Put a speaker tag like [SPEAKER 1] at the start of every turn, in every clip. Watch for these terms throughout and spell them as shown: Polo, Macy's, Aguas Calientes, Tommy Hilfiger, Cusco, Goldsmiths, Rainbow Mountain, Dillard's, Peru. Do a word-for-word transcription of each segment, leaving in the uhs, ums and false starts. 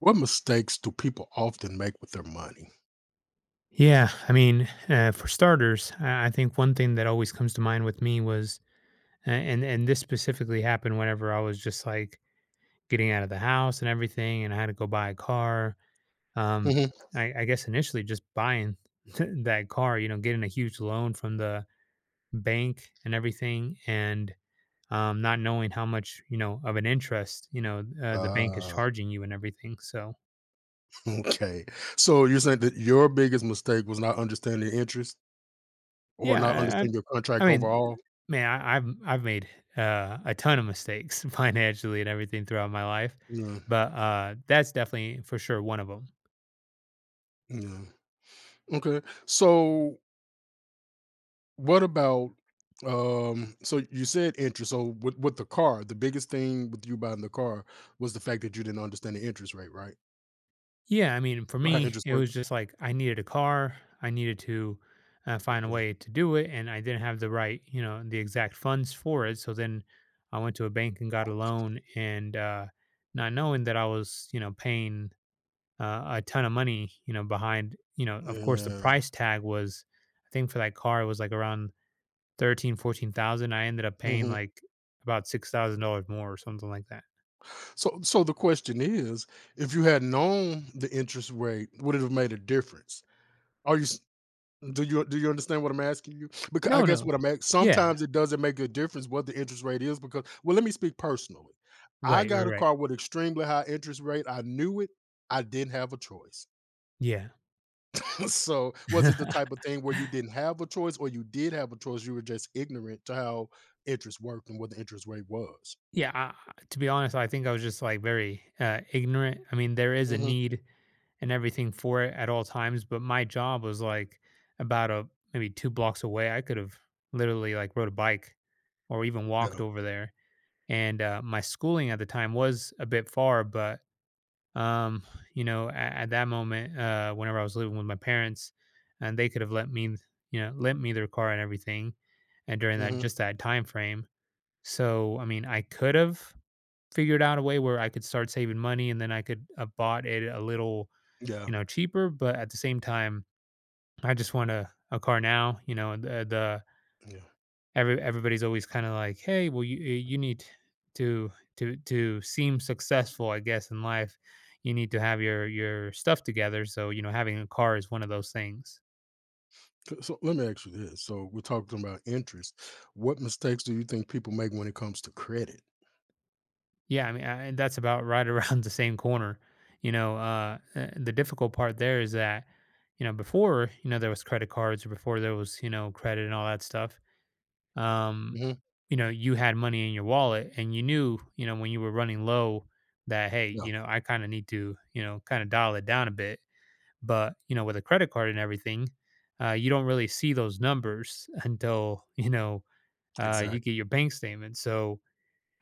[SPEAKER 1] What mistakes do people often make with their money?
[SPEAKER 2] Yeah, I mean, uh, for starters, I I think one thing that always comes to mind with me was, a- and and this specifically happened whenever I was just like getting out of the house and everything, and I had to go buy a car. Um,
[SPEAKER 1] Mhm.
[SPEAKER 2] I, I guess initially just buying that car, you know, getting a huge loan from the bank and everything, and um, not knowing how much you know of an interest, you know, uh, the bank is
[SPEAKER 1] Ah,
[SPEAKER 2] charging you and everything. So
[SPEAKER 1] okay. So you're saying that your biggest mistake was not understanding interest or not
[SPEAKER 2] yeah,
[SPEAKER 1] understanding your
[SPEAKER 2] I I
[SPEAKER 1] contract
[SPEAKER 2] mean, eh,
[SPEAKER 1] overall?
[SPEAKER 2] man, I I've I've made, uh, a ton of mistakes financially and everything throughout my life,
[SPEAKER 1] Yeah,
[SPEAKER 2] but, uh, that's definitely for sure one of them.
[SPEAKER 1] yeah. Okay. So what about um so you said interest. So with, with the car, the biggest thing with you buying the car was the fact that you didn't understand the interest rate, right?
[SPEAKER 2] Yeah, I mean, for
[SPEAKER 1] Right.
[SPEAKER 2] me,
[SPEAKER 1] Interest
[SPEAKER 2] it
[SPEAKER 1] work.
[SPEAKER 2] was just like I needed a car, I needed to, uh, find a
[SPEAKER 1] Okay.
[SPEAKER 2] way to do it, and I didn't have the right you know, the exact funds for it, so then I went to a bank and got a loan and, uh, not knowing that I was, you know, paying uh, a ton of money, you know, behind, you know, of course the
[SPEAKER 1] Yeah.
[SPEAKER 2] price tag was I think for that car it was like around thirteen, fourteen thousand. I ended up paying
[SPEAKER 1] Mm-hmm.
[SPEAKER 2] like about six thousand dollars more or something like that.
[SPEAKER 1] So, so the question is, if you had known the interest rate, would it have made a difference? Are you s- do you do you understand what I'm asking you? Because I
[SPEAKER 2] No,
[SPEAKER 1] guess
[SPEAKER 2] no.
[SPEAKER 1] what I'm at,
[SPEAKER 2] Yeah.
[SPEAKER 1] sometimes it doesn't make a difference what the interest rate is because well, let me speak personally. I
[SPEAKER 2] Right, right,
[SPEAKER 1] got a
[SPEAKER 2] right.
[SPEAKER 1] car with extremely high interest rate. I knew it. I didn't have a choice.
[SPEAKER 2] Yeah.
[SPEAKER 1] So, was it the type of thing where you didn't have a choice, or you did have a choice? You were just ignorant to how interest worked and what the interest rate was.
[SPEAKER 2] Yeah, I, I- to be honest, I think I was just like very uh, ignorant. I mean, there is a
[SPEAKER 1] Hmm.
[SPEAKER 2] need and everything for it at all times, but my job was like about a maybe two blocks away. I could have literally like rode a bike or even
[SPEAKER 1] Yeah.
[SPEAKER 2] walked over there and uh, my schooling at the time was a bit far but um you know at, at that moment uh whenever I was living with my parents and they could have let me you know lent me their car and everything and during that
[SPEAKER 1] Hmm.
[SPEAKER 2] just that time frame so I mean I could have figured out a way where I could start saving money and then I could have bought it a little
[SPEAKER 1] Yeah.
[SPEAKER 2] you know cheaper but at the same time i just want a, a car now you know the,
[SPEAKER 1] Yeah.
[SPEAKER 2] every everybody's always kind of like, "Hey, well, you uh, you need to to to seem successful, I guess, in life. You need to have your your stuff together." So you know, having a car is one of those things.
[SPEAKER 1] So so let me ask you this. So we're talking about interest. What mistakes do you think people make when it comes to credit?
[SPEAKER 2] Yeah, I mean, I, and that's about right around the same corner. You know, uh, uh, the difficult part there is that you know before you know there was credit cards or before there was you know credit and all that stuff. um,
[SPEAKER 1] Mhm.
[SPEAKER 2] you know, you had money in your wallet and you knew, you know, when you were running low that, hey,
[SPEAKER 1] Yeah,
[SPEAKER 2] you know, I kind of need to, you know, kind of dial it down a bit. But, you know, with a credit card and everything, uh, you don't really see those numbers until, you know, uh, you get
[SPEAKER 1] exactly.
[SPEAKER 2] your bank statement. So,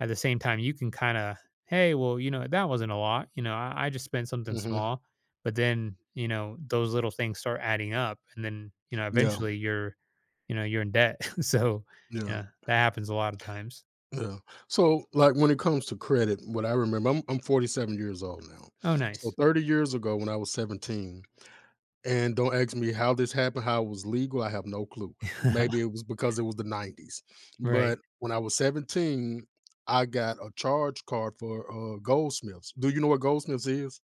[SPEAKER 2] at the same time, you can kind of, hey, well, you know, that wasn't a lot. You know, I, I just spent something
[SPEAKER 1] Mhm.
[SPEAKER 2] small. But then, you know, those little things start adding up. And then, you know,
[SPEAKER 1] Yeah,
[SPEAKER 2] eventually you're, you know, you're in debt. So, you
[SPEAKER 1] yeah,
[SPEAKER 2] know, that happens a lot of times.
[SPEAKER 1] yeah. So like when it comes to credit, what I remember, I'm I'm forty-seven years old now.
[SPEAKER 2] Oh,
[SPEAKER 1] So
[SPEAKER 2] nice.
[SPEAKER 1] thirty years ago when I was seventeen, and don't ask me how this happened, how it was legal, I have no clue. Maybe it was because it was the nineties.
[SPEAKER 2] Right.
[SPEAKER 1] But when I was seventeen, I got a charge card for uh Goldsmiths. Do you know what Goldsmiths is?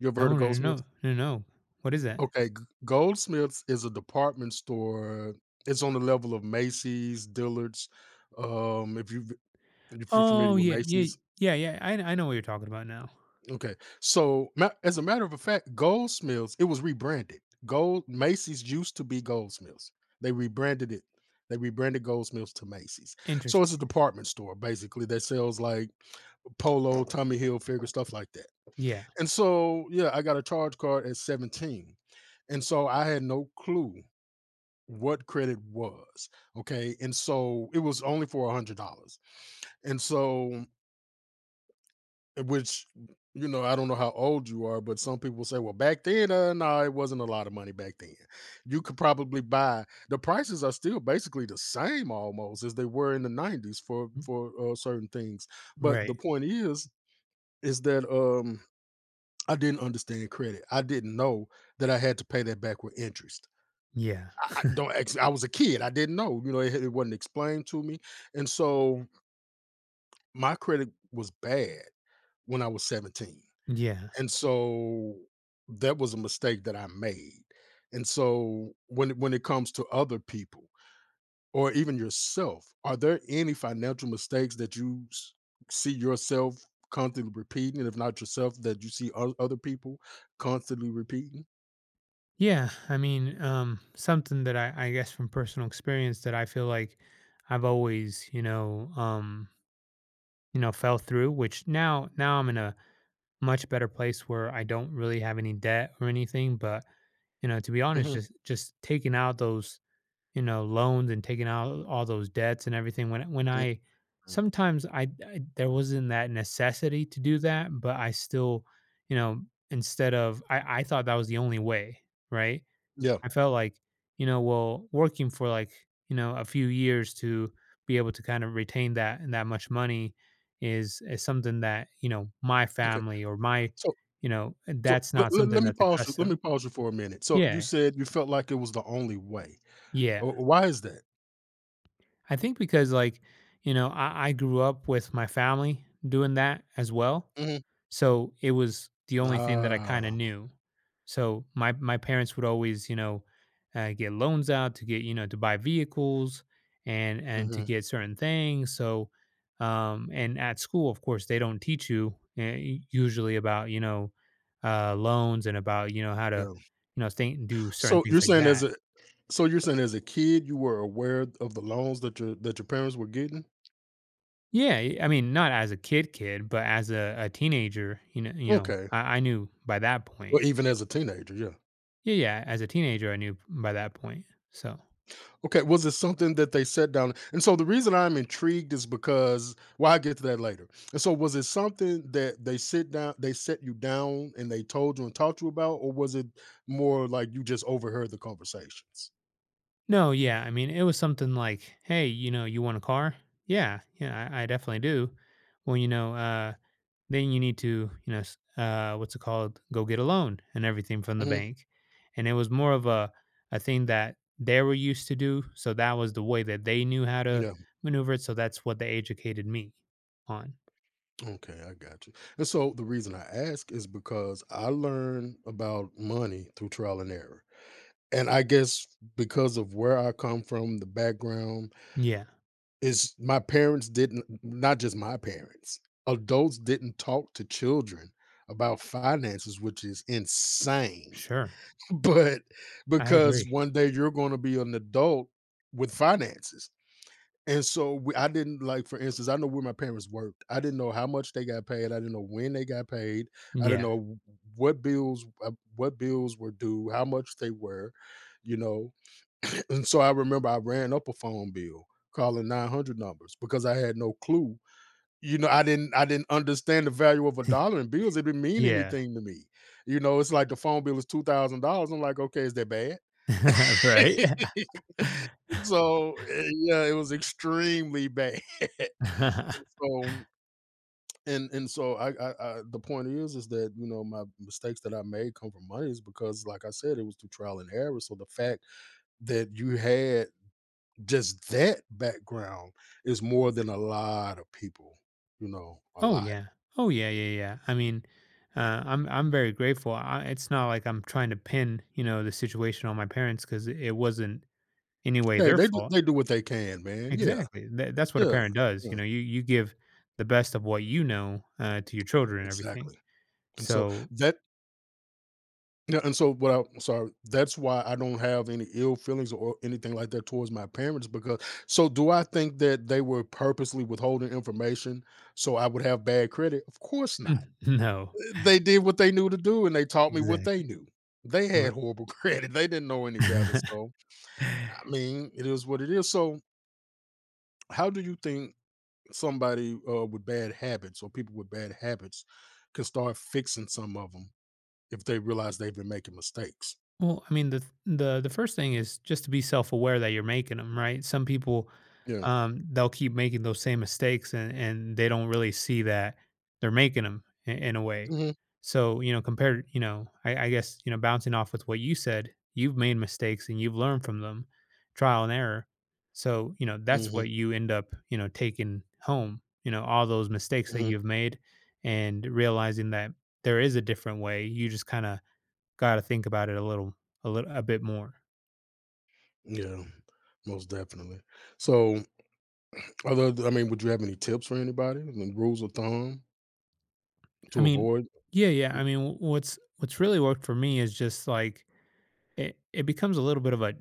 [SPEAKER 1] You ever heard
[SPEAKER 2] No,
[SPEAKER 1] of
[SPEAKER 2] no, no,
[SPEAKER 1] Goldsmiths?
[SPEAKER 2] no, no, no. What is that?
[SPEAKER 1] Okay, G Goldsmiths is a department store. It's on the level of Macy's, Dillard's, um, if you if you're familiar
[SPEAKER 2] Oh,
[SPEAKER 1] with
[SPEAKER 2] yeah. Yeah.
[SPEAKER 1] Macy's.
[SPEAKER 2] Yeah. Yeah. I, I know what you're talking about now.
[SPEAKER 1] Okay, so ma as a matter of fact, Goldsmiths, it was rebranded. Gold Macy's used to be Goldsmiths. They rebranded it. They rebranded Goldsmiths to Macy's. So
[SPEAKER 2] Interesting.
[SPEAKER 1] it's a department store basically that sells like Polo, Tommy Hilfiger, stuff like that.
[SPEAKER 2] Yeah.
[SPEAKER 1] And so, yeah, I got a charge card at seventeen. And so I had no clue what credit was. Okay. And so it was only for a hundred dollars. And so which you know, I don't know how old you are, but some people say, well, back then, uh, no, it wasn't a lot of money back then. You could probably buy the prices are still basically the same almost as they were in the nineties for
[SPEAKER 2] Mm,
[SPEAKER 1] for uh, certain things. But the
[SPEAKER 2] right.
[SPEAKER 1] point is, is that um I didn't understand credit. I didn't know that I had to pay that back with interest.
[SPEAKER 2] Yeah.
[SPEAKER 1] I I don't ex I was a kid, I didn't know, you know, it it wasn't explained to me, and so my credit was bad when I was seventeen,
[SPEAKER 2] Yeah.
[SPEAKER 1] and so that was a mistake that I made, and so when it when it comes to other people or even yourself, are there any financial mistakes that you s see yourself constantly repeating, and if not yourself, that you see o other people constantly repeating?
[SPEAKER 2] Yeah, I mean, um, something that I, I guess from personal experience that I feel like I've always, you know, um, you know, fell through. Which now, now I'm in a much better place where I don't really have any debt or anything. But you know, to be honest,
[SPEAKER 1] Mhm,
[SPEAKER 2] just just taking out those, you know, loans and taking out all those debts and everything. When when I
[SPEAKER 1] mhm.
[SPEAKER 2] sometimes I, I there wasn't that necessity to do that, but I still, you know, instead of I I thought that was the only way, right?
[SPEAKER 1] Yeah,
[SPEAKER 2] I felt like, you know, well, working for like, you know, a few years to be able to kind of retain that and that much money is is something that, you know, my
[SPEAKER 1] okay,
[SPEAKER 2] family or my,
[SPEAKER 1] so
[SPEAKER 2] you know,
[SPEAKER 1] So
[SPEAKER 2] that's
[SPEAKER 1] let,
[SPEAKER 2] not
[SPEAKER 1] let,
[SPEAKER 2] something
[SPEAKER 1] let me
[SPEAKER 2] that's a
[SPEAKER 1] pause you. Let me
[SPEAKER 2] custom.
[SPEAKER 1] pause you for a minute. So you
[SPEAKER 2] Yeah.
[SPEAKER 1] said you felt like it was the only way.
[SPEAKER 2] Yeah.
[SPEAKER 1] Uh, Why is that?
[SPEAKER 2] I think because like, you know, I, I grew up with my family doing that as well.
[SPEAKER 1] Hmm.
[SPEAKER 2] So, it was the only thing that I kinda
[SPEAKER 1] Ah.
[SPEAKER 2] knew. So, my my parents would always, you know, uh, get loans out to get you know, to buy vehicles and and to
[SPEAKER 1] Mhm,
[SPEAKER 2] get certain things, so, um and at school, of course, they don't teach you, eh, u usually about, you know, uh, loans and about, you know, how to,
[SPEAKER 1] yeah.
[SPEAKER 2] you know, think do certain
[SPEAKER 1] So
[SPEAKER 2] things
[SPEAKER 1] you're
[SPEAKER 2] like
[SPEAKER 1] saying as
[SPEAKER 2] that.
[SPEAKER 1] a so you're saying as a kid you were aware of the loans that your that your parents were getting?
[SPEAKER 2] Yeah, y I mean, not as a kid kid, but as a a teenager, you know, you know,
[SPEAKER 1] Okay.
[SPEAKER 2] I I knew by that
[SPEAKER 1] Well,
[SPEAKER 2] point.
[SPEAKER 1] even as a teenager, yeah.
[SPEAKER 2] Yeah, yeah. As a teenager, I knew by that point. So,
[SPEAKER 1] Okay, was it something that they set down? And so the reason I'm intrigued is because well, I'll get to that later. And so was it something that they sit down they set you down and they told you and talked to you about, or was it more like you just overheard the conversations?
[SPEAKER 2] no, yeah. I mean, it was something like, hey, you know, you want a car? Yeah, yeah, I, I definitely do. Well, you know, uh, then you need to, you know, s- uh, what's it called? Go get a loan and everything from the
[SPEAKER 1] Hmm.
[SPEAKER 2] bank. And it was more of a, a thing that they were used to do. So that was the way that they knew how to
[SPEAKER 1] Yeah.
[SPEAKER 2] maneuver it. So that's what they educated me on.
[SPEAKER 1] Okay, I got you. And so the reason I ask is because I learn about money through trial and error. And I guess because of where I come from, the background,
[SPEAKER 2] Yeah,
[SPEAKER 1] is my parents didn't not just my parents, adults didn't talk to children about finances, which is insane,
[SPEAKER 2] sure.
[SPEAKER 1] but
[SPEAKER 2] I
[SPEAKER 1] because
[SPEAKER 2] agree.
[SPEAKER 1] one day you're gonna be an adult with finances, and so we I didn't like, for instance, I know where my parents worked. I didn't know how much they got paid. I didn't know when they got paid. I didn't
[SPEAKER 2] Yeah.
[SPEAKER 1] know what bills, uh, what bills were due, how much they were, you know? And so I remember I ran up a phone bill calling nine hundred numbers because I had no clue. You know, I didn't I didn't understand the value of a dollar in bills. It didn't mean
[SPEAKER 2] Yeah.
[SPEAKER 1] anything to me. You know, it's like the phone bill is two thousand dollars. I'm like, "Okay, is that bad?"
[SPEAKER 2] Right.
[SPEAKER 1] So, eh, yeah, it was extremely bad. So, and and so I, I, I the point is is that you know my mistakes that I made come from money is because like I said it was through trial and error. So the fact that you had just that background is more than a lot of people, you know, a
[SPEAKER 2] Oh
[SPEAKER 1] lot.
[SPEAKER 2] yeah. Oh yeah, yeah, yeah. I mean, uh, I'm I'm very grateful. I, it's not like I'm trying to pin, you know, the situation on my parents because it wasn't any way
[SPEAKER 1] They
[SPEAKER 2] their
[SPEAKER 1] they do
[SPEAKER 2] fault.
[SPEAKER 1] they do what they can, man. Yeah.
[SPEAKER 2] Exactly. Tha that's what a
[SPEAKER 1] Yeah.
[SPEAKER 2] parent does. You
[SPEAKER 1] Yeah.
[SPEAKER 2] know, you you give the best of what you know uh, to your children and everything.
[SPEAKER 1] Exactly. And so
[SPEAKER 2] So
[SPEAKER 1] that yeah, and so what I sorry, that's why I don't have any ill feelings or anything like that towards my parents because so do I think that they were purposely withholding information so I would have bad credit? Of course not.
[SPEAKER 2] mm, no,
[SPEAKER 1] Uh, They did what they knew to do and they taught me what they
[SPEAKER 2] exactly.
[SPEAKER 1] knew. They had horrible credit. They didn't know any better.
[SPEAKER 2] R-
[SPEAKER 1] So I mean, it is what it is. So, how do you think somebody uh, with bad habits or people with bad habits can start fixing some of them if they realize they've been making mistakes?
[SPEAKER 2] Well, I mean, the the the first thing is just to be self aware that you're making them, right? Some people,
[SPEAKER 1] Yeah.
[SPEAKER 2] um, they'll keep making those same mistakes, and and they don't really see that they're making them in, in a way.
[SPEAKER 1] Hmm.
[SPEAKER 2] So you know, compared, you know, I, I guess you know, bouncing off with what you said, you've made mistakes and you've learned from them, trial and error. So you know, that's
[SPEAKER 1] Hmm.
[SPEAKER 2] what you end up, you know, taking home. You know, all those mistakes that
[SPEAKER 1] Hmm.
[SPEAKER 2] you've made, and realizing that there is a different way. You just kind of gotta think about it a little a little a bit more.
[SPEAKER 1] Yeah. Most definitely. So, other, th- I mean, would you have any tips for anybody? Any rules of thumb
[SPEAKER 2] I
[SPEAKER 1] to
[SPEAKER 2] mean,
[SPEAKER 1] avoid?
[SPEAKER 2] yeah, yeah. I mean, wh- what's what's really worked for me is just like it, it becomes a little bit of a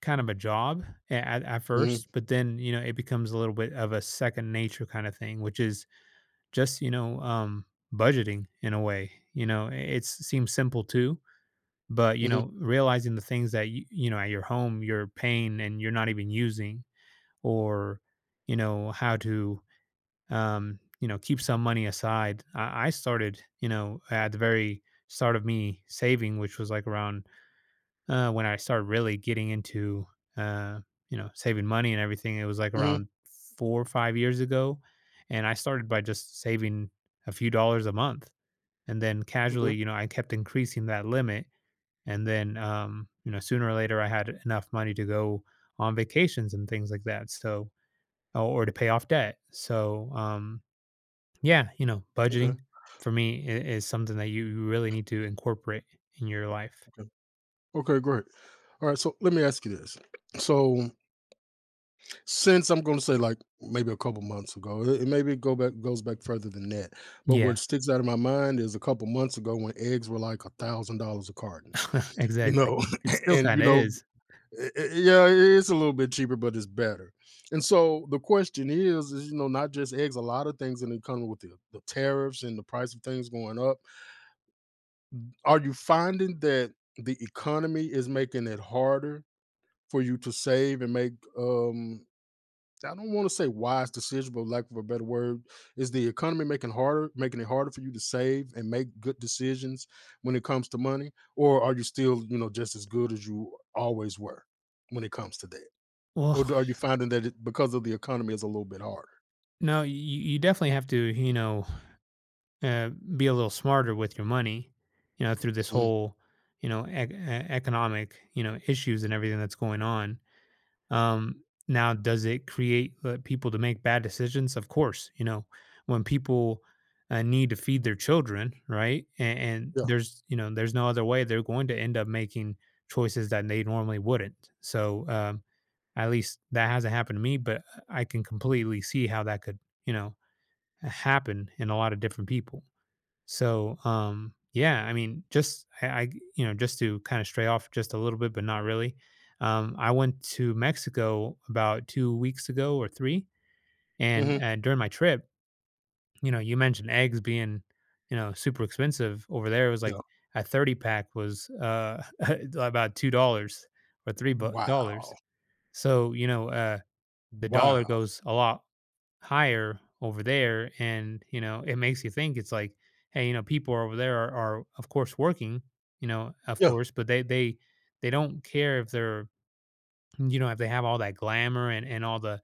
[SPEAKER 2] kind of a job a- at, at
[SPEAKER 1] Hmm.
[SPEAKER 2] first, but then you know it becomes a little bit of a second nature kind of thing, which is just you know um, budgeting in a way. You know, it seems simple too, but you
[SPEAKER 1] Hmm.
[SPEAKER 2] know realizing the things that you, you know at your home you're paying and you're not even using, or you know how to um, you know, keep some money aside. I, I started, you know, at the very start of me saving, which was like around uh, when I started really getting into, uh, you know, saving money and everything. It was like
[SPEAKER 1] Hmm.
[SPEAKER 2] around four or five years ago, and I started by just saving a few dollars a month, and then
[SPEAKER 1] Okay.
[SPEAKER 2] casually, you know, I kept increasing that limit, and then, um, you know, sooner or later, I had enough money to go on vacations and things like that. So, or or to pay off debt. So, um, yeah, you know,
[SPEAKER 1] Okay.
[SPEAKER 2] budgeting for me i- is something that you you really need to incorporate in your life.
[SPEAKER 1] Okay. Okay. Great. All right. So, let me ask you this. So, since I'm going to say like maybe a couple months ago, it, it maybe go back goes back further than that. But
[SPEAKER 2] Yeah,
[SPEAKER 1] what sticks out of my mind is a couple months ago when eggs were like a thousand dollars a carton, you
[SPEAKER 2] exactly.
[SPEAKER 1] know,
[SPEAKER 2] It still
[SPEAKER 1] and
[SPEAKER 2] kind
[SPEAKER 1] you
[SPEAKER 2] of
[SPEAKER 1] know,
[SPEAKER 2] is.
[SPEAKER 1] i- i- yeah, it's a little bit cheaper, but it's better. And so the question is, is you know, not just eggs, a lot of things in the economy with the, the tariffs and the price of things going up. Are you finding that the economy is making it harder for you to save and make um I don't want to say wise decision, but lack of a better word, is the economy making harder, making it harder for you to save and make good decisions when it comes to money, or are you still, you know, just as good as you always were when it comes to that, or
[SPEAKER 2] Well,
[SPEAKER 1] do- are you finding that it, because of the economy is a little bit harder?
[SPEAKER 2] no, you, you definitely have to, you know, uh, be a little smarter with your money, you know, through this
[SPEAKER 1] Mhm.
[SPEAKER 2] whole, you know, ec- e- economic, you know, issues and everything that's going on. Um, now, does it create uh, people to make bad decisions? Of course, you know, when people uh, need to feed their children, right? And, and
[SPEAKER 1] Yeah.
[SPEAKER 2] there's, you know, there's no other way they're going to end up making choices that they normally wouldn't. So, um, at least that hasn't happened to me, but I can completely see how that could, you know, happen in a lot of different people. So, um, yeah, I mean, just I, I you know, just to kind of stray off just a little bit, but not really. Um, I went to Mexico about two weeks ago or three, and
[SPEAKER 1] Hmm.
[SPEAKER 2] uh, during my trip, you know, you mentioned eggs being, you know, super expensive over there. It was like
[SPEAKER 1] Yeah.
[SPEAKER 2] a thirty pack was uh about two dollars or three bu- dollars.
[SPEAKER 1] Wow.
[SPEAKER 2] So you know, uh, the dollar
[SPEAKER 1] Wow.
[SPEAKER 2] goes a lot higher over there and you know it makes you think it's like hey you know people over there are, are of course working you know of
[SPEAKER 1] Yeah.
[SPEAKER 2] course but they they they don't care if they're you know if they have all that glamour and and all the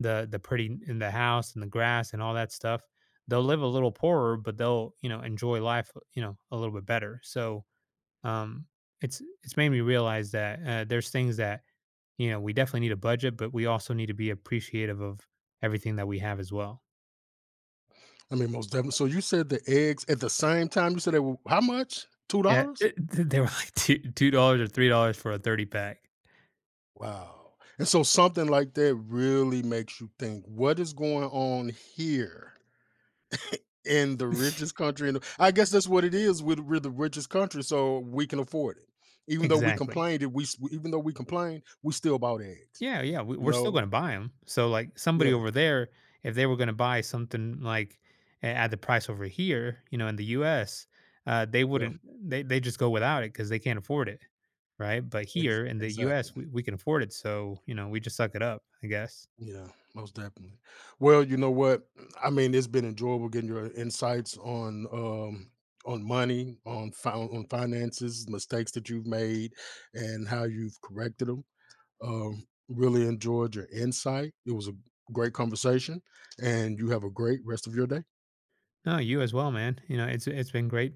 [SPEAKER 2] the the pretty in the house and the grass and all that stuff they'll live a little poorer but they'll you know enjoy life you know a little bit better so um it's it's made me realize that uh, there's things that you know we definitely need a budget but we also need to be appreciative of everything that we have as well.
[SPEAKER 1] I mean, most definitely. So you said the eggs at the same time. You said they were how much? Two
[SPEAKER 2] Yeah,
[SPEAKER 1] dollars?
[SPEAKER 2] it th they were like two $2 or three dollars for a thirty pack.
[SPEAKER 1] Wow. And so something like that really makes you think, what is going on here in the richest country? In the, I guess that's what it is. We're, the- we're the richest country, so we can afford it. Even though we
[SPEAKER 2] Exactly.
[SPEAKER 1] complained, it we s- even though we complained, we still bought eggs.
[SPEAKER 2] Yeah, yeah, we
[SPEAKER 1] You
[SPEAKER 2] we're still gonna
[SPEAKER 1] know?
[SPEAKER 2] buy buy them. So, like, somebody
[SPEAKER 1] Yeah.
[SPEAKER 2] over there, if they were gonna buy something, like, a at the price over here, you know, in the U S, uh, they
[SPEAKER 1] Yeah.
[SPEAKER 2] wouldn't they they just go without it because they can't afford it, right? But
[SPEAKER 1] Ex-
[SPEAKER 2] here in the
[SPEAKER 1] exactly.
[SPEAKER 2] U S, we we can afford it, so, you know, we just suck it up, I guess.
[SPEAKER 1] Yeah, most definitely. Well, you know what? I mean, it's been enjoyable getting your insights on um on money, on fin- on finances, mistakes that you've made, and how you've corrected them. Um, really enjoyed your insight. It was a great conversation, and you have a great rest of your day.
[SPEAKER 2] No, you as well, man. You know, it's it's been great